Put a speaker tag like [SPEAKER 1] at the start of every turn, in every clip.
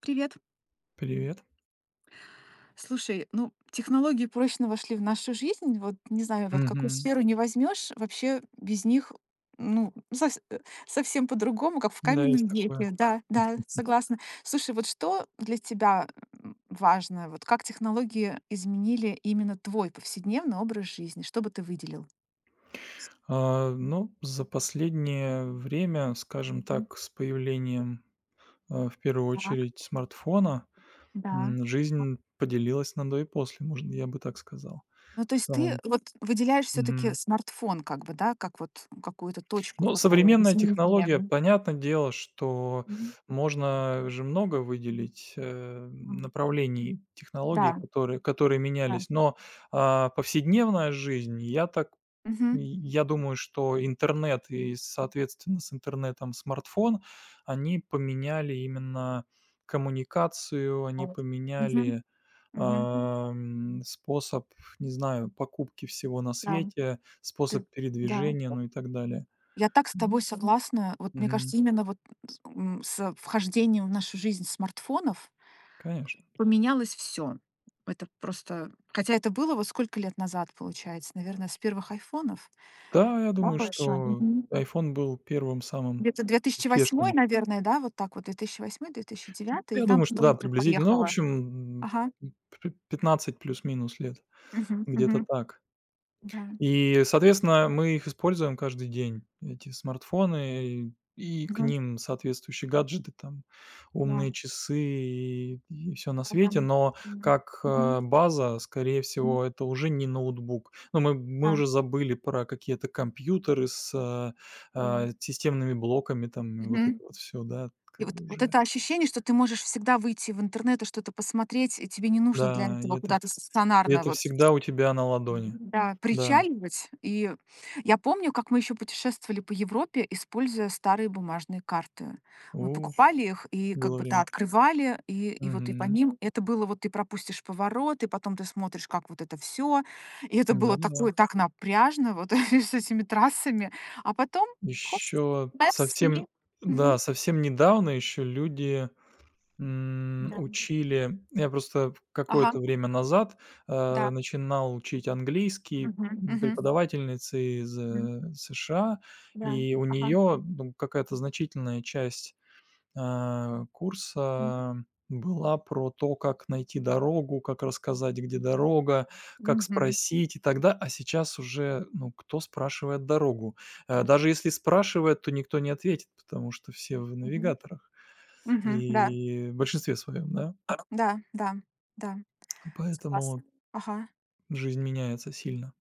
[SPEAKER 1] Привет.
[SPEAKER 2] Привет.
[SPEAKER 1] Слушай, ну, технологии прочно вошли в нашу жизнь. Вот не знаю, вот какую
[SPEAKER 2] Мгм.
[SPEAKER 1] сферу не возьмешь, вообще без них, ну, совсем по-другому, как в
[SPEAKER 2] Да, есть
[SPEAKER 1] каменном
[SPEAKER 2] такое.
[SPEAKER 1] веке. Да, да, согласна. Слушай, вот что для тебя важно? Вот как технологии изменили именно твой повседневный образ жизни? Что бы ты выделил?
[SPEAKER 2] Ну, за последнее время, скажем
[SPEAKER 1] Мгм.
[SPEAKER 2] так, с появлением, в первую
[SPEAKER 1] Так,
[SPEAKER 2] очередь смартфона,
[SPEAKER 1] да.
[SPEAKER 2] жизнь поделилась на до и после, можно я бы так сказал.
[SPEAKER 1] Ну, то есть ты
[SPEAKER 2] Там,
[SPEAKER 1] вот выделяешь все-таки
[SPEAKER 2] мгм.
[SPEAKER 1] смартфон, как бы, да, как вот какую-то точку
[SPEAKER 2] Ну,
[SPEAKER 1] такого
[SPEAKER 2] современная технология,
[SPEAKER 1] изменения.
[SPEAKER 2] понятное дело, что можно же много выделить,
[SPEAKER 1] Мгм.
[SPEAKER 2] направлений технологий,
[SPEAKER 1] Да,
[SPEAKER 2] которые
[SPEAKER 1] да.
[SPEAKER 2] менялись, но, повседневная жизнь, я так И
[SPEAKER 1] Мгм.
[SPEAKER 2] я думаю, что интернет и, соответственно, с интернетом смартфон, они поменяли именно коммуникацию, они
[SPEAKER 1] Вот. Мгм,
[SPEAKER 2] поменяли,
[SPEAKER 1] мгм.
[SPEAKER 2] способ, не знаю, покупки всего на
[SPEAKER 1] Да,
[SPEAKER 2] свете,
[SPEAKER 1] ты
[SPEAKER 2] способ
[SPEAKER 1] да.
[SPEAKER 2] передвижения, ну и так далее.
[SPEAKER 1] Я так с тобой
[SPEAKER 2] М,
[SPEAKER 1] согласна. Вот мне
[SPEAKER 2] мгм,
[SPEAKER 1] кажется, именно вот с вхождением в нашу жизнь смартфонов
[SPEAKER 2] конечно.
[SPEAKER 1] поменялось все. Это просто хотя это было вот сколько лет назад, получается, наверное, с первых "Айфонов",
[SPEAKER 2] Да, я
[SPEAKER 1] да. Да,
[SPEAKER 2] думаю,
[SPEAKER 1] больше?
[SPEAKER 2] что
[SPEAKER 1] Мгм.
[SPEAKER 2] iPhone был первым самым
[SPEAKER 1] Где-то две тысячи восьмой,
[SPEAKER 2] успешным.
[SPEAKER 1] наверное, да, вот так вот, две тысячи восьмой, две тысячи 2009, и
[SPEAKER 2] Я
[SPEAKER 1] там
[SPEAKER 2] думаю, что
[SPEAKER 1] потом
[SPEAKER 2] да,
[SPEAKER 1] уже
[SPEAKER 2] приблизительно. Ну, в
[SPEAKER 1] поехала.
[SPEAKER 2] общем,
[SPEAKER 1] Ага.
[SPEAKER 2] м, п 15 плюс-минус лет,
[SPEAKER 1] Мгм,
[SPEAKER 2] где-то
[SPEAKER 1] мгм.
[SPEAKER 2] так.
[SPEAKER 1] Да.
[SPEAKER 2] И, соответственно, мы их используем каждый день, эти смартфоны, и к
[SPEAKER 1] Мгм.
[SPEAKER 2] ним соответствующие гаджеты, там
[SPEAKER 1] Да.
[SPEAKER 2] умные часы и все на
[SPEAKER 1] Да-да.
[SPEAKER 2] свете. Но
[SPEAKER 1] Мгм.
[SPEAKER 2] как,
[SPEAKER 1] Мгм.
[SPEAKER 2] база, скорее
[SPEAKER 1] М,
[SPEAKER 2] всего, это уже не ноутбук. Ну, мы
[SPEAKER 1] да,
[SPEAKER 2] уже забыли про какие-то компьютеры с,
[SPEAKER 1] да.
[SPEAKER 2] системными блоками, там, и вот это
[SPEAKER 1] Мгм.
[SPEAKER 2] вот все, да,
[SPEAKER 1] И
[SPEAKER 2] как
[SPEAKER 1] вот
[SPEAKER 2] бы
[SPEAKER 1] вот
[SPEAKER 2] уже.
[SPEAKER 1] это ощущение, что ты можешь всегда выйти в интернет и что-то посмотреть, и тебе не нужно для
[SPEAKER 2] Да,
[SPEAKER 1] этого куда-то
[SPEAKER 2] и
[SPEAKER 1] стационарно
[SPEAKER 2] это
[SPEAKER 1] вот.
[SPEAKER 2] всегда у тебя на ладони.
[SPEAKER 1] Да,
[SPEAKER 2] Да,
[SPEAKER 1] причаливать. И я помню, как мы еще путешествовали по Европе, используя старые бумажные карты. Мы
[SPEAKER 2] у,
[SPEAKER 1] покупали их и как
[SPEAKER 2] было
[SPEAKER 1] бы, да,
[SPEAKER 2] время.
[SPEAKER 1] открывали, и вот и по
[SPEAKER 2] Мгм.
[SPEAKER 1] ним это было вот ты пропустишь поворот, и потом ты смотришь, как вот это все. И это было
[SPEAKER 2] Да-да-да.
[SPEAKER 1] такое так напряжно вот с этими трассами. А потом хоп,
[SPEAKER 2] Еще
[SPEAKER 1] Maps
[SPEAKER 2] совсем
[SPEAKER 1] мне. Мгм.
[SPEAKER 2] Да, совсем недавно еще люди,
[SPEAKER 1] Да.
[SPEAKER 2] учили я просто
[SPEAKER 1] Ага,
[SPEAKER 2] какое-то время назад,
[SPEAKER 1] да.
[SPEAKER 2] начинал учить английский
[SPEAKER 1] Мгм, мгм,
[SPEAKER 2] преподавательницы из,
[SPEAKER 1] мгм.
[SPEAKER 2] США,
[SPEAKER 1] Да.
[SPEAKER 2] и у
[SPEAKER 1] Ага.
[SPEAKER 2] нее, ну, какая-то значительная часть курса была про то, как найти дорогу, как рассказать, где дорога, как
[SPEAKER 1] Мгм.
[SPEAKER 2] спросить и тогда. А сейчас уже, ну, кто спрашивает дорогу? Даже если спрашивает, то никто не ответит, потому что все в навигаторах.
[SPEAKER 1] Мгм. Да,
[SPEAKER 2] И в большинстве своем, да.
[SPEAKER 1] да, да, да.
[SPEAKER 2] Поэтому
[SPEAKER 1] Согласна. Ага,
[SPEAKER 2] жизнь меняется сильно.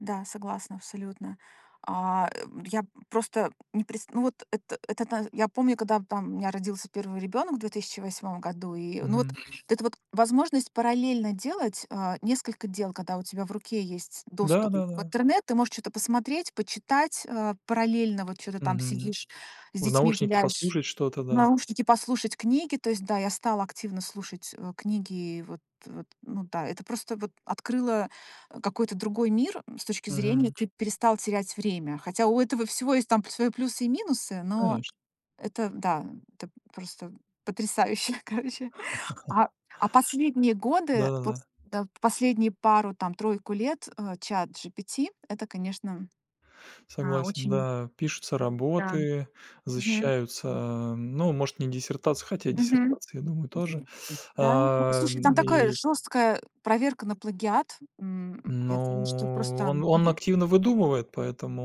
[SPEAKER 1] да, согласна абсолютно. Я просто не пред ну вот это та я помню, когда там у меня родился первый ребенок в 2008 году, и ну
[SPEAKER 2] Мгм.
[SPEAKER 1] вот. Мгм. Вот эта вот возможность параллельно делать, несколько дел, когда у тебя в руке есть доступ. Мгм.
[SPEAKER 2] Да-да-да.
[SPEAKER 1] В интернет, ты можешь что то посмотреть, почитать, параллельно вот что то там
[SPEAKER 2] Мгм.
[SPEAKER 1] сидишь с
[SPEAKER 2] В
[SPEAKER 1] детьми
[SPEAKER 2] наушнике
[SPEAKER 1] гуляешь.
[SPEAKER 2] послушать что-то, да.
[SPEAKER 1] Наушники послушать книги. То есть, да, я стала активно слушать, книги. И вот вот, ну да, это просто вот открыло, какой-то другой мир, с точки зрения
[SPEAKER 2] Мгм.
[SPEAKER 1] ты перестал терять время. Хотя у этого всего есть там свои плюсы и минусы, но
[SPEAKER 2] Конечно.
[SPEAKER 1] это, да, это просто потрясающе, короче. А а последние годы, вот,
[SPEAKER 2] Да-да-да.
[SPEAKER 1] да, последние пару, там, тройку лет, ChatGPT- это, конечно,
[SPEAKER 2] Согласен,
[SPEAKER 1] очень,
[SPEAKER 2] да. Пишутся
[SPEAKER 1] да.
[SPEAKER 2] работы,
[SPEAKER 1] Мгм.
[SPEAKER 2] защищаются, ну, может, не диссертации, хотя
[SPEAKER 1] Мгм.
[SPEAKER 2] диссертации, я думаю, тоже.
[SPEAKER 1] Да? Ну,
[SPEAKER 2] А,
[SPEAKER 1] слушай, там такая
[SPEAKER 2] и,
[SPEAKER 1] жесткая проверка на плагиат. Я думаю, что
[SPEAKER 2] ну,
[SPEAKER 1] просто.
[SPEAKER 2] он активно выдумывает,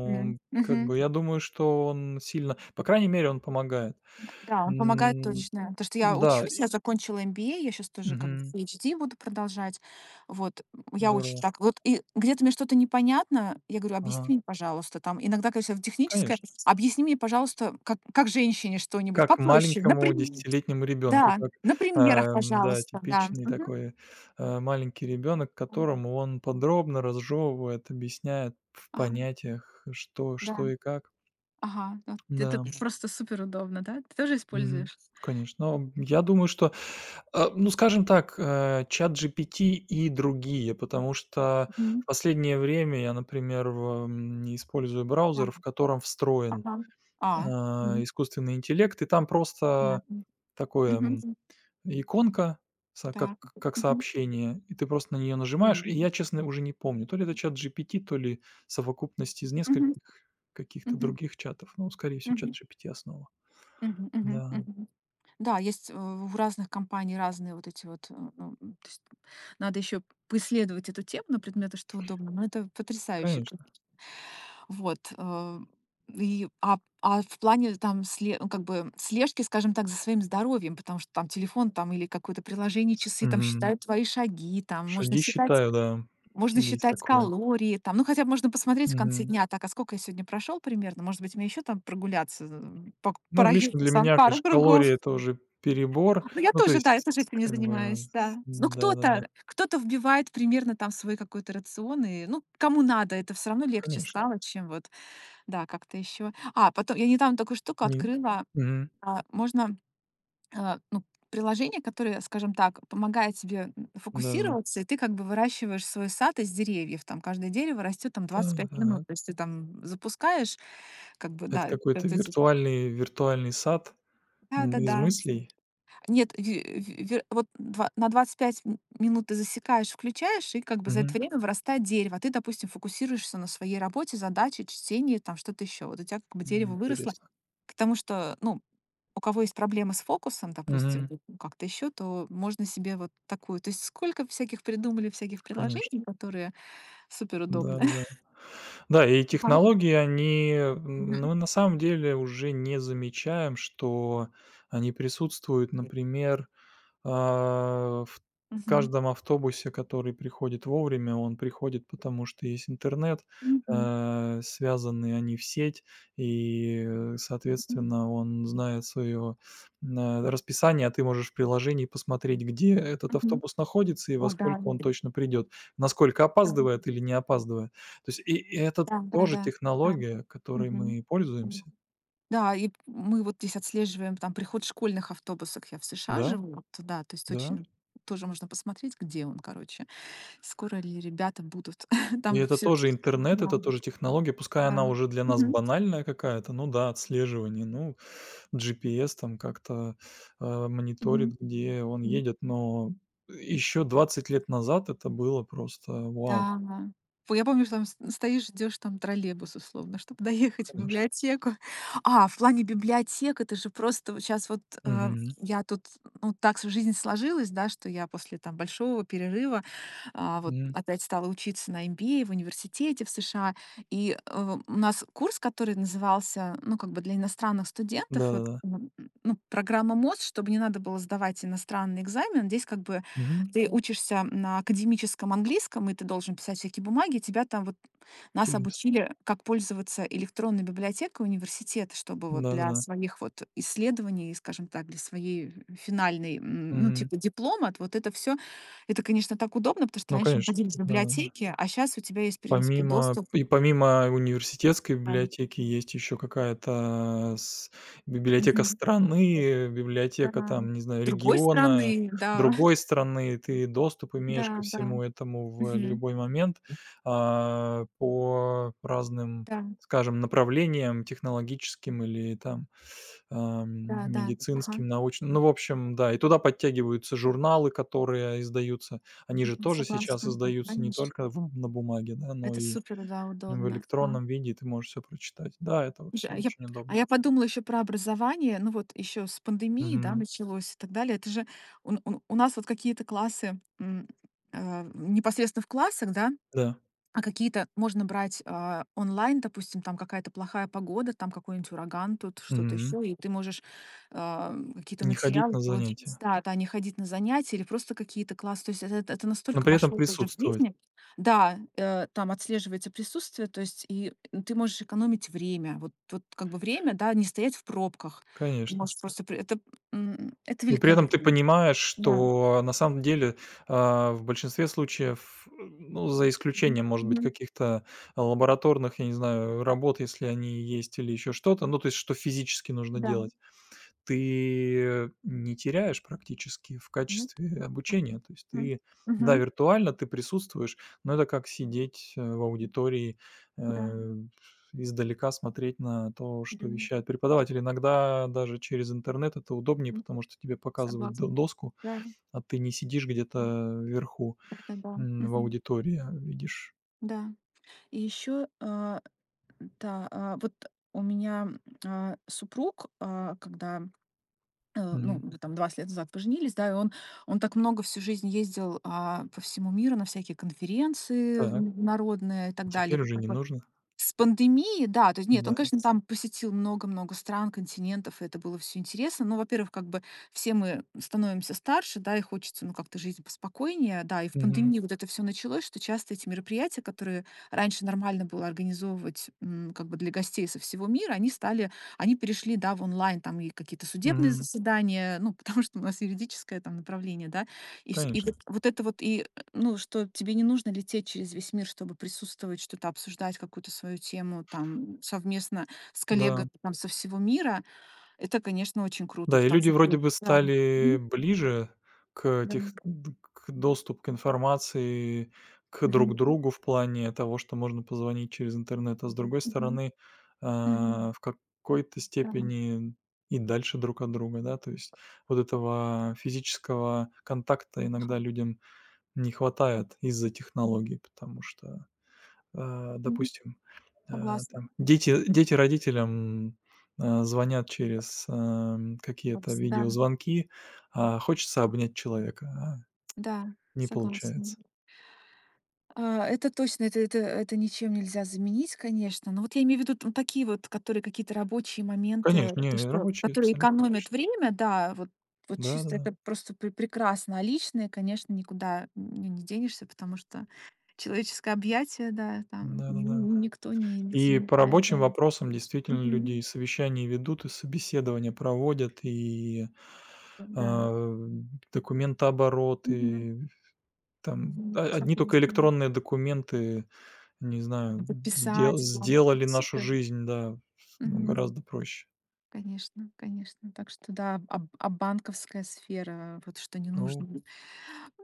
[SPEAKER 1] Мгм.
[SPEAKER 2] как
[SPEAKER 1] Мгм.
[SPEAKER 2] бы, я думаю, что он сильно по крайней мере, он помогает.
[SPEAKER 1] Да, он помогает
[SPEAKER 2] М,
[SPEAKER 1] точно. Потому что я
[SPEAKER 2] да,
[SPEAKER 1] учусь, я
[SPEAKER 2] и
[SPEAKER 1] закончила MBA, я сейчас тоже как бы
[SPEAKER 2] мгм.
[SPEAKER 1] PhD буду продолжать. Вот, я очень
[SPEAKER 2] Здорово.
[SPEAKER 1] так вот и где-то мне что-то непонятно, я говорю: "Объясни
[SPEAKER 2] Ага,
[SPEAKER 1] мне, пожалуйста". Там иногда, конечно, в техническое:
[SPEAKER 2] конечно.
[SPEAKER 1] "Объясни мне, пожалуйста, как женщине что-нибудь
[SPEAKER 2] Как
[SPEAKER 1] попроще". На
[SPEAKER 2] маленькому десятилетнему ребенку,
[SPEAKER 1] да,
[SPEAKER 2] как,
[SPEAKER 1] на
[SPEAKER 2] да,
[SPEAKER 1] просто, да.
[SPEAKER 2] типичный такой, маленький ребенок, которому он подробно разжевывает, объясняет в
[SPEAKER 1] Ага,
[SPEAKER 2] понятиях, что и как.
[SPEAKER 1] ага. Вот. Это
[SPEAKER 2] Да,
[SPEAKER 1] просто супер удобно, да? Ты тоже
[SPEAKER 2] мгм,
[SPEAKER 1] используешь?
[SPEAKER 2] конечно. Но я думаю, что, ну, скажем так, ChatGPT и другие, потому что в последнее время я, например, не использую браузер,
[SPEAKER 1] Да.
[SPEAKER 2] в котором встроен, э,
[SPEAKER 1] А. Мгм.
[SPEAKER 2] искусственный интеллект, и там просто такое,
[SPEAKER 1] Мгм.
[SPEAKER 2] иконка, са
[SPEAKER 1] Так.
[SPEAKER 2] как
[SPEAKER 1] Мгм.
[SPEAKER 2] сообщение, и ты просто на нее нажимаешь. И я,
[SPEAKER 1] Мгм.
[SPEAKER 2] честно, уже не помню, то ли это чат GPT, то ли совокупность из
[SPEAKER 1] Мгм.
[SPEAKER 2] нескольких каких-то
[SPEAKER 1] Мгм.
[SPEAKER 2] других чатов. Ну, скорее всего, чат
[SPEAKER 1] Мгм.
[SPEAKER 2] GPT основа.
[SPEAKER 1] Мгм. Мгм.
[SPEAKER 2] Да,
[SPEAKER 1] Мгм. Да, есть, в разных компаний разные вот эти вот, ну, то есть надо еще поисследовать эту тему на предмет, а что удобно. Но это потрясающе как.
[SPEAKER 2] конечно.
[SPEAKER 1] Вот, и, в плане там сле ну, как бы слежки, скажем так, за своим здоровьем, потому что там телефон там или какое-то приложение, часы там
[SPEAKER 2] Мгм.
[SPEAKER 1] считают твои шаги, там можно
[SPEAKER 2] Шаги
[SPEAKER 1] считать.
[SPEAKER 2] считаю, да,
[SPEAKER 1] Можно
[SPEAKER 2] есть
[SPEAKER 1] считать
[SPEAKER 2] такое.
[SPEAKER 1] калории там. Ну, хотя бы можно посмотреть в конце
[SPEAKER 2] Мгм.
[SPEAKER 1] дня: так, а сколько я сегодня прошел примерно? Может быть, мне еще там прогуляться, по
[SPEAKER 2] Ну,
[SPEAKER 1] району
[SPEAKER 2] лично для
[SPEAKER 1] там
[SPEAKER 2] меня,
[SPEAKER 1] пару
[SPEAKER 2] конечно, калории —
[SPEAKER 1] кругов?
[SPEAKER 2] это уже перебор.
[SPEAKER 1] Ну, я
[SPEAKER 2] Ну, то
[SPEAKER 1] тоже, да, я
[SPEAKER 2] есть,
[SPEAKER 1] тоже этим не
[SPEAKER 2] как бы,
[SPEAKER 1] занимаюсь,
[SPEAKER 2] с
[SPEAKER 1] да. Ну,
[SPEAKER 2] да-да-да,
[SPEAKER 1] кто-то вбивает примерно там свой какой-то рацион и, ну, кому надо. Это все равно легче
[SPEAKER 2] конечно.
[SPEAKER 1] стало, чем вот, да, как-то еще. А, потом я недавно такую штуку
[SPEAKER 2] Не
[SPEAKER 1] открыла.
[SPEAKER 2] Мгм.
[SPEAKER 1] А, можно ну, приложение, которое, скажем так, помогает тебе
[SPEAKER 2] Да-да-да.
[SPEAKER 1] фокусироваться, и ты как бы выращиваешь свой сад из деревьев. Там каждое дерево растет там
[SPEAKER 2] Да,
[SPEAKER 1] 25 минут.
[SPEAKER 2] да.
[SPEAKER 1] То есть ты там запускаешь, как бы,
[SPEAKER 2] Это
[SPEAKER 1] да,
[SPEAKER 2] какой-то
[SPEAKER 1] то есть
[SPEAKER 2] виртуальный сад.
[SPEAKER 1] да,
[SPEAKER 2] М,
[SPEAKER 1] да,
[SPEAKER 2] из
[SPEAKER 1] да.
[SPEAKER 2] мыслей?
[SPEAKER 1] Нет, на 25 минут ты засекаешь, включаешь, и как бы за это
[SPEAKER 2] Мгм.
[SPEAKER 1] время вырастает дерево. А ты, допустим, фокусируешься на своей работе, задаче, чтении, там что-то еще. Вот у тебя как бы
[SPEAKER 2] М,
[SPEAKER 1] дерево выросло,
[SPEAKER 2] интересно.
[SPEAKER 1] потому что, ну, у кого есть проблемы с фокусом, допустим.
[SPEAKER 2] Мгм.
[SPEAKER 1] Мгм. Как-то еще, то можно себе вот такую. То есть сколько всяких придумали всяких
[SPEAKER 2] Конечно.
[SPEAKER 1] приложений, которые суперудобны.
[SPEAKER 2] Да-да-да. Да, да. Да, и
[SPEAKER 1] Да.
[SPEAKER 2] технологии, они, ну,
[SPEAKER 1] Мгм.
[SPEAKER 2] мы на самом деле уже не замечаем, что они присутствуют, например, в
[SPEAKER 1] Мгм.
[SPEAKER 2] каждом автобусе, который приходит вовремя, он приходит, потому что есть интернет, связаны они в сеть, и,
[SPEAKER 1] Мгм.
[SPEAKER 2] соответственно, он знает свое расписание, а ты можешь в приложении посмотреть, где этот
[SPEAKER 1] Мгм.
[SPEAKER 2] автобус находится и во
[SPEAKER 1] О, да.
[SPEAKER 2] сколько он точно придет, насколько
[SPEAKER 1] Да.
[SPEAKER 2] опаздывает или не опаздывает. То есть и это
[SPEAKER 1] Да, да,
[SPEAKER 2] тоже
[SPEAKER 1] да. Да.
[SPEAKER 2] технология, которой
[SPEAKER 1] Мгм.
[SPEAKER 2] мы
[SPEAKER 1] Мгм.
[SPEAKER 2] пользуемся.
[SPEAKER 1] Да, и мы вот здесь отслеживаем там приход школьных автобусов. Я в США
[SPEAKER 2] Да,
[SPEAKER 1] живу, вот, да, то есть
[SPEAKER 2] да.
[SPEAKER 1] очень тоже можно посмотреть, где он, короче. Скоро ли ребята будут
[SPEAKER 2] И
[SPEAKER 1] там
[SPEAKER 2] это
[SPEAKER 1] все.
[SPEAKER 2] тоже интернет, это тоже технология, пускай она
[SPEAKER 1] Да.
[SPEAKER 2] уже для нас банальная какая-то, ну да, отслеживание, ну, GPS там как-то, мониторит, где он едет, но еще 20 лет назад это было просто вау,
[SPEAKER 1] Да. П я помню, что там с стоишь, ждешь там троллейбус условно, чтобы доехать в
[SPEAKER 2] конечно.
[SPEAKER 1] библиотеку. А, в плане библиотек это же просто сейчас вот щас вот,
[SPEAKER 2] Мгм.
[SPEAKER 1] я тут, ну, так с жизнь сложилась, да, что я после там большого перерыва, вот
[SPEAKER 2] Мгм.
[SPEAKER 1] опять стала учиться на MBA в университете в США. И, у нас курс, который назывался, ну, как бы для иностранных студентов, вот,
[SPEAKER 2] Да-да-да.
[SPEAKER 1] ну, программа МОЗ, чтобы не надо было сдавать иностранный экзамен. Здесь как бы
[SPEAKER 2] Мгм.
[SPEAKER 1] ты учишься на академическом английском, и ты должен писать всякие бумаги. Тебя там вот нас
[SPEAKER 2] Интересно.
[SPEAKER 1] обучили, как пользоваться электронной библиотекой университета, чтобы вот для
[SPEAKER 2] Да-да-да.
[SPEAKER 1] своих вот исследований, скажем так, для своей финальной, ну,
[SPEAKER 2] Мгм.
[SPEAKER 1] типа диплома, вот вот это все, это, конечно, так удобно, потому что
[SPEAKER 2] Ну,
[SPEAKER 1] раньше мы
[SPEAKER 2] конечно,
[SPEAKER 1] ходили в
[SPEAKER 2] да.
[SPEAKER 1] библиотеки, а сейчас у тебя есть, в принципе,
[SPEAKER 2] Помимо
[SPEAKER 1] доступ.
[SPEAKER 2] и помимо университетской
[SPEAKER 1] а,
[SPEAKER 2] библиотеки есть еще какая-то с библиотека
[SPEAKER 1] мгм,
[SPEAKER 2] страны, библиотека
[SPEAKER 1] да,
[SPEAKER 2] там, не знаю,
[SPEAKER 1] другой
[SPEAKER 2] региона,
[SPEAKER 1] страны, да,
[SPEAKER 2] другой страны. Ты доступ имеешь ко
[SPEAKER 1] да, да,
[SPEAKER 2] всему этому в
[SPEAKER 1] мгм,
[SPEAKER 2] любой момент, по разным,
[SPEAKER 1] да,
[SPEAKER 2] скажем, направлениям технологическим или там,
[SPEAKER 1] да, да, ага,
[SPEAKER 2] медицинским, научным. Ну, в общем, да, и туда подтягиваются журналы, которые издаются, они же тоже сейчас
[SPEAKER 1] согласна.
[SPEAKER 2] издаются не только в на бумаге, да, но
[SPEAKER 1] Это
[SPEAKER 2] и
[SPEAKER 1] супер, да,
[SPEAKER 2] в
[SPEAKER 1] удобно. А,
[SPEAKER 2] электронном виде, и ты можешь все прочитать. Да, это
[SPEAKER 1] слушай,
[SPEAKER 2] все
[SPEAKER 1] а я
[SPEAKER 2] очень удобно.
[SPEAKER 1] а я подумала еще про образование, ну вот еще с пандемией, да,
[SPEAKER 2] Мгм.
[SPEAKER 1] началось и так далее. Это же у нас вот какие-то классы, непосредственно в классах, да,
[SPEAKER 2] Да.
[SPEAKER 1] а какие-то можно брать, онлайн, допустим, там какая-то плохая погода, там какой-нибудь ураган, тут что-то
[SPEAKER 2] Мгм.
[SPEAKER 1] еще, и ты можешь, какие-то
[SPEAKER 2] Не ходить
[SPEAKER 1] материалы
[SPEAKER 2] на
[SPEAKER 1] получить.
[SPEAKER 2] занятия,
[SPEAKER 1] Да, да, не ходить на занятия или просто какие-то классы. То есть это
[SPEAKER 2] но
[SPEAKER 1] настолько
[SPEAKER 2] при этом
[SPEAKER 1] вошло тоже в
[SPEAKER 2] присутствовать,
[SPEAKER 1] жизнь. Да, там отслеживается присутствие, то есть и ты можешь экономить время. Вот вот как бы время, да, не стоять в пробках. Ты
[SPEAKER 2] конечно.
[SPEAKER 1] можешь просто при это, это
[SPEAKER 2] И при этом ты
[SPEAKER 1] великолепно.
[SPEAKER 2] понимаешь,
[SPEAKER 1] Да.
[SPEAKER 2] что на самом деле, в большинстве случаев, ну, за
[SPEAKER 1] Мгм.
[SPEAKER 2] исключением, может быть,
[SPEAKER 1] Мгм.
[SPEAKER 2] каких-то лабораторных, я не знаю, работ, если они есть, или еще что-то, ну, то есть, что физически нужно
[SPEAKER 1] Да.
[SPEAKER 2] делать. Ты не теряешь практически в
[SPEAKER 1] Мгм.
[SPEAKER 2] качестве обучения. То есть
[SPEAKER 1] Мгм.
[SPEAKER 2] ты, да,
[SPEAKER 1] Мгм.
[SPEAKER 2] виртуально ты присутствуешь, но это как сидеть, в аудитории,
[SPEAKER 1] Да.
[SPEAKER 2] э, издалека смотреть на то, что
[SPEAKER 1] Да.
[SPEAKER 2] вещает преподаватель. Иногда даже через интернет это удобнее,
[SPEAKER 1] Мгм.
[SPEAKER 2] потому что тебе показывают
[SPEAKER 1] Согласна.
[SPEAKER 2] до доску,
[SPEAKER 1] Да,
[SPEAKER 2] а ты не сидишь
[SPEAKER 1] да,
[SPEAKER 2] где-то вверху,
[SPEAKER 1] да-да.
[SPEAKER 2] в
[SPEAKER 1] Мгм.
[SPEAKER 2] аудитории, а видишь.
[SPEAKER 1] Да. И еще, вот у меня, супруг, когда, ну,
[SPEAKER 2] Мгм.
[SPEAKER 1] мы там 20 лет назад поженились, да, и он так много всю жизнь ездил, по всему миру на всякие конференции,
[SPEAKER 2] Так,
[SPEAKER 1] народные и так далее.
[SPEAKER 2] теперь уже не нужно.
[SPEAKER 1] С пандемией, да, то есть нет,
[SPEAKER 2] Да.
[SPEAKER 1] он, конечно, там посетил много-много стран, континентов, и это было все интересно. Но, во-первых, как бы все мы становимся старше, да, и хочется, ну, как-то жизнь поспокойнее, да. И в
[SPEAKER 2] Мгм.
[SPEAKER 1] пандемии вот это все началось, что часто эти мероприятия, которые раньше нормально было организовывать, как бы для гостей со всего мира, они стали они перешли, да, в онлайн. Там и какие-то судебные
[SPEAKER 2] Мгм.
[SPEAKER 1] заседания, ну, потому что у нас юридическое там направление, да. И вс и
[SPEAKER 2] Конечно.
[SPEAKER 1] вот вот это вот и ну, что тебе не нужно лететь через весь мир, чтобы присутствовать, что-то обсуждать, какую-то свою тему там совместно с
[SPEAKER 2] Да.
[SPEAKER 1] коллегами там со всего мира. Это, конечно, очень круто,
[SPEAKER 2] Да, и
[SPEAKER 1] потому
[SPEAKER 2] люди
[SPEAKER 1] что.
[SPEAKER 2] вроде бы
[SPEAKER 1] Мгм. Да.
[SPEAKER 2] стали ближе к тех
[SPEAKER 1] Мгм. Да.
[SPEAKER 2] к информации, к друг
[SPEAKER 1] Мгм.
[SPEAKER 2] другу в плане того, что можно позвонить через интернет, а с другой
[SPEAKER 1] Мгм.
[SPEAKER 2] стороны,
[SPEAKER 1] Мгм.
[SPEAKER 2] в какой-то
[SPEAKER 1] Да.
[SPEAKER 2] степени и дальше друг от друга, да. То есть вот этого физического контакта
[SPEAKER 1] Ага.
[SPEAKER 2] иногда людям не хватает из-за технологий, потому что
[SPEAKER 1] Мгм.
[SPEAKER 2] допустим,
[SPEAKER 1] Согласна.
[SPEAKER 2] там дети родителям, звонят через, какие-то
[SPEAKER 1] Согласна. Да.
[SPEAKER 2] видеозвонки, а хочется обнять человека, а
[SPEAKER 1] Да.
[SPEAKER 2] не
[SPEAKER 1] Согласна.
[SPEAKER 2] получается.
[SPEAKER 1] Это точно, это ничем нельзя заменить, конечно. Но вот я имею в виду, такие вот, которые какие-то рабочие моменты,
[SPEAKER 2] Конечно,
[SPEAKER 1] то,
[SPEAKER 2] не,
[SPEAKER 1] что
[SPEAKER 2] рабочие
[SPEAKER 1] которые
[SPEAKER 2] абсолютно
[SPEAKER 1] экономят
[SPEAKER 2] точно.
[SPEAKER 1] время, да, вот вот чисто
[SPEAKER 2] Да-да-да,
[SPEAKER 1] это просто пре прекрасно. А личные, конечно, никуда, не денешься, потому что человеческое объятие, да, там ни ни
[SPEAKER 2] да-да-да.
[SPEAKER 1] никто не не
[SPEAKER 2] И по
[SPEAKER 1] заменяет, да.
[SPEAKER 2] рабочим вопросам действительно людей
[SPEAKER 1] Мгм.
[SPEAKER 2] совещания ведут, и собеседования проводят, и,
[SPEAKER 1] Да.
[SPEAKER 2] а, документооборот,
[SPEAKER 1] Мгм.
[SPEAKER 2] и там о
[SPEAKER 1] Мгм.
[SPEAKER 2] одни только
[SPEAKER 1] Согласна.
[SPEAKER 2] электронные документы, не знаю, сдел
[SPEAKER 1] Записать, да.
[SPEAKER 2] сделали нашу
[SPEAKER 1] Супер.
[SPEAKER 2] жизнь, да, ну,
[SPEAKER 1] Мгм.
[SPEAKER 2] гораздо проще.
[SPEAKER 1] Конечно, конечно. Так что да, б- а банковская сфера, вот что не
[SPEAKER 2] Ну
[SPEAKER 1] нужно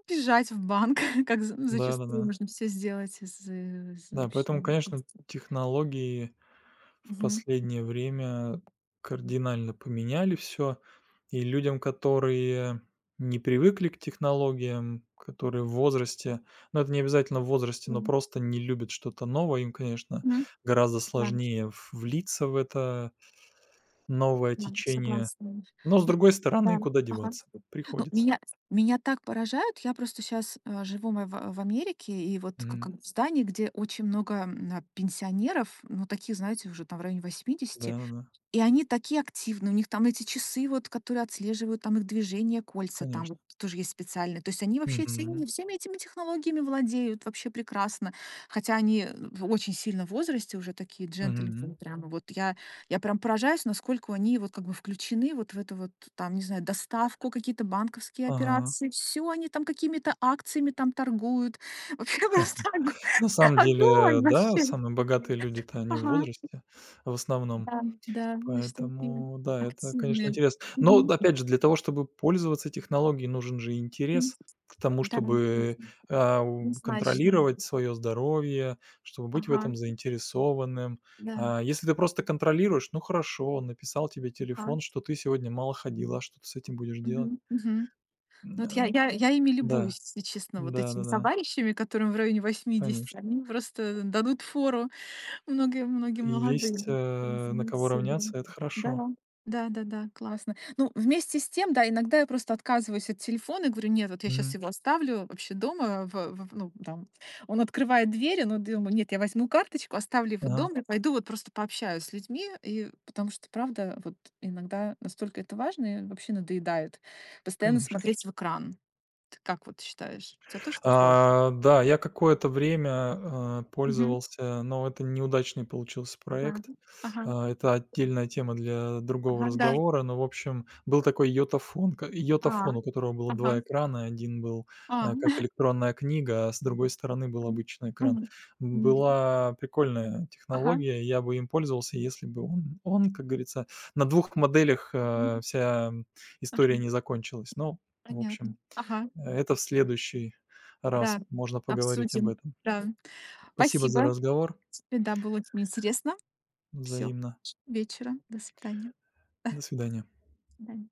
[SPEAKER 1] бежать в банк, как за-
[SPEAKER 2] да-да-да. Да,
[SPEAKER 1] зачастую
[SPEAKER 2] да.
[SPEAKER 1] можно все сделать из, из
[SPEAKER 2] Да,
[SPEAKER 1] вообще.
[SPEAKER 2] поэтому, конечно, технологии в
[SPEAKER 1] Мгм.
[SPEAKER 2] последнее время кардинально поменяли все. И людям, которые не привыкли к технологиям, которые в возрасте, ну, это не обязательно в возрасте, но
[SPEAKER 1] М,
[SPEAKER 2] просто не любят что-то новое, им, конечно,
[SPEAKER 1] Мгм.
[SPEAKER 2] гораздо
[SPEAKER 1] Да,
[SPEAKER 2] сложнее в влиться в это новое
[SPEAKER 1] да,
[SPEAKER 2] течение.
[SPEAKER 1] согласна.
[SPEAKER 2] Но, с
[SPEAKER 1] Ну.
[SPEAKER 2] другой стороны,
[SPEAKER 1] Да.
[SPEAKER 2] куда
[SPEAKER 1] Ага.
[SPEAKER 2] деваться?
[SPEAKER 1] Ну,
[SPEAKER 2] Приходится.
[SPEAKER 1] меня, меня так поражают. Я просто сейчас живу мы в Америке, и вот
[SPEAKER 2] Мгм.
[SPEAKER 1] как в здании, где очень много пенсионеров, ну, таких, знаете, уже там в районе 80.
[SPEAKER 2] Да-да-да,
[SPEAKER 1] И они такие активные, у них там эти часы вот, которые отслеживают там их движение, кольца там
[SPEAKER 2] конечно.
[SPEAKER 1] вот тоже есть специальные. То есть они вообще всеми
[SPEAKER 2] Мгм.
[SPEAKER 1] всеми этими технологиями владеют вообще прекрасно. Хотя они в очень сильно в возрасте уже такие
[SPEAKER 2] Мгм.
[SPEAKER 1] джентльмены прямо. Вот я прям поражаюсь, насколько они вот как бы включены вот в эту вот там, не знаю, доставку, какие-то банковские
[SPEAKER 2] Ага.
[SPEAKER 1] операции. Все они там какими-то акциями там торгуют. Вообще просто ого
[SPEAKER 2] На самом деле,
[SPEAKER 1] огонь
[SPEAKER 2] да,
[SPEAKER 1] вообще.
[SPEAKER 2] самые богатые люди-то они в
[SPEAKER 1] Ага.
[SPEAKER 2] возрасте в основном.
[SPEAKER 1] Да, да, вы же такие
[SPEAKER 2] Поэтому да, это, конечно,
[SPEAKER 1] активные.
[SPEAKER 2] интересно. Но
[SPEAKER 1] Мгм,
[SPEAKER 2] д опять же, для того, чтобы пользоваться технологией, нужен же
[SPEAKER 1] мгм.
[SPEAKER 2] интерес к тому,
[SPEAKER 1] Да,
[SPEAKER 2] чтобы, а, у
[SPEAKER 1] однозначно.
[SPEAKER 2] контролировать свое здоровье, чтобы быть в
[SPEAKER 1] Ага,
[SPEAKER 2] этом заинтересованным.
[SPEAKER 1] да,
[SPEAKER 2] А, если ты просто контролируешь, ну хорошо, он написал тебе
[SPEAKER 1] ага.
[SPEAKER 2] телефон, что ты сегодня мало ходила, а что ты с этим будешь делать?
[SPEAKER 1] Мгм, мгм.
[SPEAKER 2] М,
[SPEAKER 1] Ну вот
[SPEAKER 2] э,
[SPEAKER 1] я ими
[SPEAKER 2] да.
[SPEAKER 1] любуюсь, если честно, вот этими
[SPEAKER 2] Да-да-да,
[SPEAKER 1] товарищами, которым в районе 80.
[SPEAKER 2] конечно.
[SPEAKER 1] Они просто дадут фору. Многие многие
[SPEAKER 2] И
[SPEAKER 1] молодые
[SPEAKER 2] есть,
[SPEAKER 1] вот,
[SPEAKER 2] на
[SPEAKER 1] извне
[SPEAKER 2] кого
[SPEAKER 1] себя.
[SPEAKER 2] равняться, это хорошо.
[SPEAKER 1] Да, да-да-да, классно. Ну, вместе с тем, да, иногда я просто отказываюсь от телефона и говорю: "Нет, вот я сейчас
[SPEAKER 2] Мгм.
[SPEAKER 1] его оставлю вообще дома". В ну, там он открывает двери, но думаю: "Нет, я возьму карточку, оставлю его
[SPEAKER 2] Ага,
[SPEAKER 1] дома и пойду вот просто пообщаюсь с людьми". И потому что, правда, вот иногда настолько это важно и вообще надоедает постоянно
[SPEAKER 2] конечно.
[SPEAKER 1] смотреть в экран. Ты как вот считаешь, у тебя тоже такое?
[SPEAKER 2] А, да, я какое-то время,
[SPEAKER 1] Мгм.
[SPEAKER 2] пользовался, но это неудачный получился
[SPEAKER 1] Да.
[SPEAKER 2] проект.
[SPEAKER 1] Ага.
[SPEAKER 2] А, это отдельная тема для другого
[SPEAKER 1] Ага, да.
[SPEAKER 2] разговора, но, в общем, был такой йотафон, ка
[SPEAKER 1] А,
[SPEAKER 2] йотафон, у которого было
[SPEAKER 1] ага.
[SPEAKER 2] два экрана. Один был,
[SPEAKER 1] А.
[SPEAKER 2] как электронная книга, а с другой стороны был
[SPEAKER 1] Мгм.
[SPEAKER 2] обычный экран.
[SPEAKER 1] Мгм. Мгм.
[SPEAKER 2] Была прикольная
[SPEAKER 1] Ага.
[SPEAKER 2] технология, я бы им пользовался, если бы он, как говорится, на двух моделях,
[SPEAKER 1] Мгм.
[SPEAKER 2] вся
[SPEAKER 1] Ага.
[SPEAKER 2] история не закончилась. Но, в общем,
[SPEAKER 1] Понятно. Ага.
[SPEAKER 2] это в следующий раз
[SPEAKER 1] Да.
[SPEAKER 2] можно поговорить об
[SPEAKER 1] Обсудим.
[SPEAKER 2] этом.
[SPEAKER 1] Да.
[SPEAKER 2] Спасибо за
[SPEAKER 1] Спасибо
[SPEAKER 2] разговор.
[SPEAKER 1] тебе. Да, было очень интересно. Все.
[SPEAKER 2] Взаимно.
[SPEAKER 1] Вечера. До свидания. До
[SPEAKER 2] До свидания.
[SPEAKER 1] свидания.